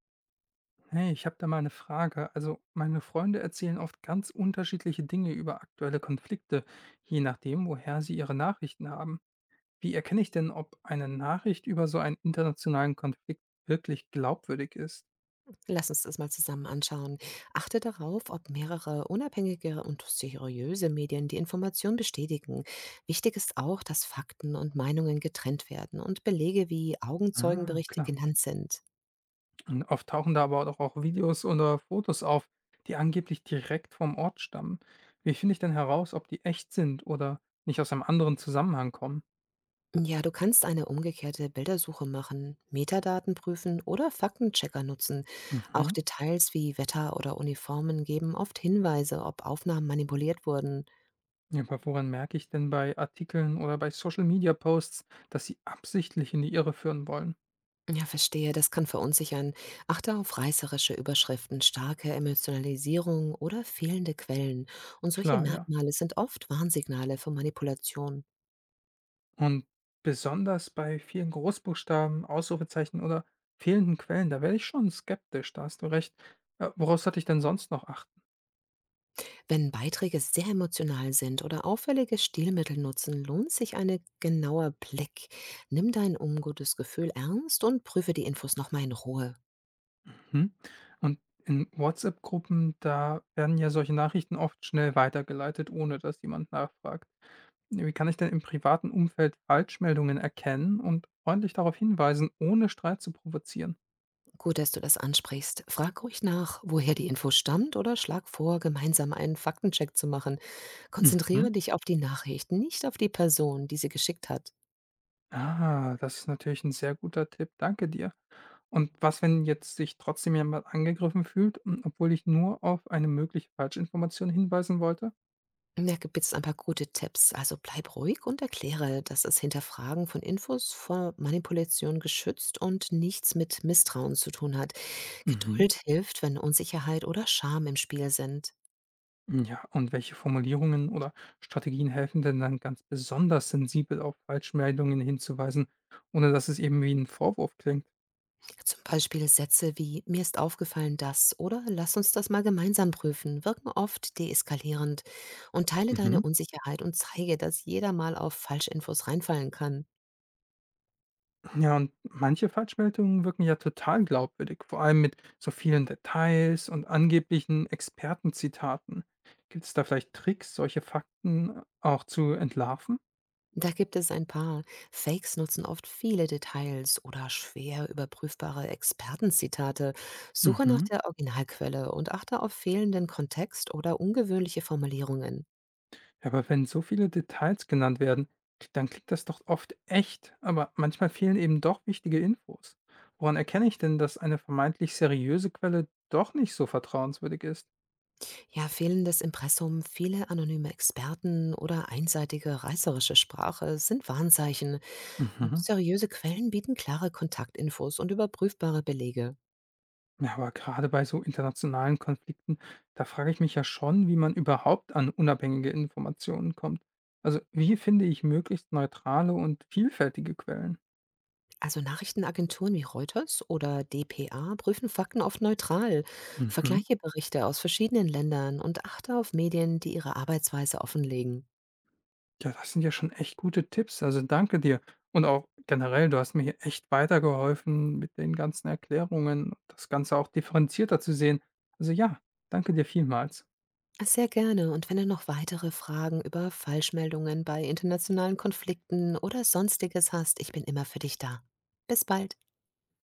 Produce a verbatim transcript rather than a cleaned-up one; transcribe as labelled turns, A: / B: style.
A: Hey, ich habe da mal eine Frage. Also, meine Freunde erzählen oft ganz unterschiedliche Dinge über aktuelle Konflikte, je nachdem, woher sie ihre Nachrichten haben. Wie erkenne ich denn, ob eine Nachricht über so einen internationalen Konflikt wirklich glaubwürdig ist?
B: Lass uns das mal zusammen anschauen. Achte darauf, ob mehrere unabhängige und seriöse Medien die Information bestätigen. Wichtig ist auch, dass Fakten und Meinungen getrennt werden und Belege wie
A: Ah,
B: Augenzeugenberichte
A: klar.
B: genannt sind.
A: Und oft tauchen da aber doch auch Videos oder Fotos auf, die angeblich direkt vom Ort stammen. Wie finde ich denn heraus, ob die echt sind oder nicht aus einem anderen Zusammenhang kommen?
B: Ja, du kannst eine umgekehrte Bildersuche machen, Metadaten prüfen oder Faktenchecker nutzen. Auch
A: Mhm.
B: Details wie Wetter oder Uniformen geben oft Hinweise, ob Aufnahmen manipuliert wurden.
A: Ja, aber woran merke ich denn bei Artikeln oder bei Social Media Posts, dass sie absichtlich in die Irre führen wollen?
B: Ja, verstehe, das kann verunsichern. Achte auf reißerische Überschriften, starke Emotionalisierung oder fehlende Quellen. Und solche
A: Klar, ja.
B: Merkmale sind oft Warnsignale für Manipulation.
A: Und besonders bei vielen Großbuchstaben, Ausrufezeichen oder fehlenden Quellen, da werde ich schon skeptisch, da hast du recht. Äh, worauf sollte ich denn sonst noch achten?
B: Wenn Beiträge sehr emotional sind oder auffällige Stilmittel nutzen, lohnt sich ein genauer Blick. Nimm dein ungutes Gefühl ernst und prüfe die Infos nochmal in Ruhe.
A: Hm? Und in WhatsApp-Gruppen, da werden ja solche Nachrichten oft schnell weitergeleitet, ohne dass jemand nachfragt. Wie kann ich denn im privaten Umfeld Falschmeldungen erkennen und freundlich darauf hinweisen, ohne Streit zu provozieren?
B: Gut, dass du das ansprichst. Frag ruhig nach, woher die Info stammt, oder schlag vor, gemeinsam einen Faktencheck zu machen.
A: Mhm.
B: Konzentriere dich auf die Nachricht, nicht auf die Person, die sie geschickt hat.
A: Ah, das ist natürlich ein sehr guter Tipp. Danke dir. Und was, wenn jetzt sich trotzdem jemand angegriffen fühlt, hm, obwohl ich nur auf eine mögliche Falschinformation hinweisen wollte?
B: Und Da gibt es ein paar gute Tipps. Also bleib ruhig und erkläre, dass das Hinterfragen von Infos vor Manipulation geschützt und nichts mit Misstrauen zu tun hat.
A: Mhm.
B: Geduld hilft, wenn Unsicherheit oder Scham im Spiel sind.
A: Hm, ja, und welche Formulierungen oder Strategien helfen denn dann ganz besonders sensibel auf Falschmeldungen hinzuweisen, ohne dass es eben wie ein Vorwurf klingt?
B: Zum Beispiel Sätze wie „Mir ist aufgefallen, das oder „Lass uns das mal gemeinsam prüfen“ wirken oft deeskalierend, und teile
A: Mhm.
B: deine Unsicherheit und zeige, dass jeder mal auf Falschinfos reinfallen kann.
A: Ja, und manche Falschmeldungen wirken ja total glaubwürdig, vor allem mit so vielen Details und angeblichen Expertenzitaten. Gibt es da vielleicht Tricks, solche Fakten auch zu entlarven?
B: Da gibt es ein paar. Fakes nutzen oft viele Details oder schwer überprüfbare Expertenzitate. Suche nach
A: Mhm.
B: der Originalquelle und achte auf fehlenden Kontext oder ungewöhnliche Formulierungen.
A: Ja, aber wenn so viele Details genannt werden, dann klingt das doch oft echt, aber manchmal fehlen eben doch wichtige Infos. Woran erkenne ich denn, dass eine vermeintlich seriöse Quelle doch nicht so vertrauenswürdig ist?
B: Ja, fehlendes Impressum, viele anonyme Experten oder einseitige reißerische Sprache sind Warnzeichen, und
A: Mhm.
B: seriöse Quellen bieten klare Kontaktinfos und überprüfbare Belege.
A: Ja, aber gerade bei so internationalen Konflikten, da frage ich mich ja schon, wie man überhaupt an unabhängige Informationen kommt. Also, wie finde ich möglichst neutrale und vielfältige Quellen?
B: Also, Nachrichtenagenturen wie Reuters oder d p a prüfen Fakten oft neutral,
A: Mhm.
B: vergleiche Berichte aus verschiedenen Ländern und achte auf Medien, die ihre Arbeitsweise offenlegen.
A: Ja, das sind ja schon echt gute Tipps. Also, danke dir. Und auch generell, du hast mir hier echt weitergeholfen mit den ganzen Erklärungen und das Ganze auch differenzierter zu sehen. Also, ja, danke dir vielmals.
B: Sehr gerne. Und wenn du noch weitere Fragen über Falschmeldungen bei internationalen Konflikten oder sonstiges hast, ich bin immer für dich da. Bis bald.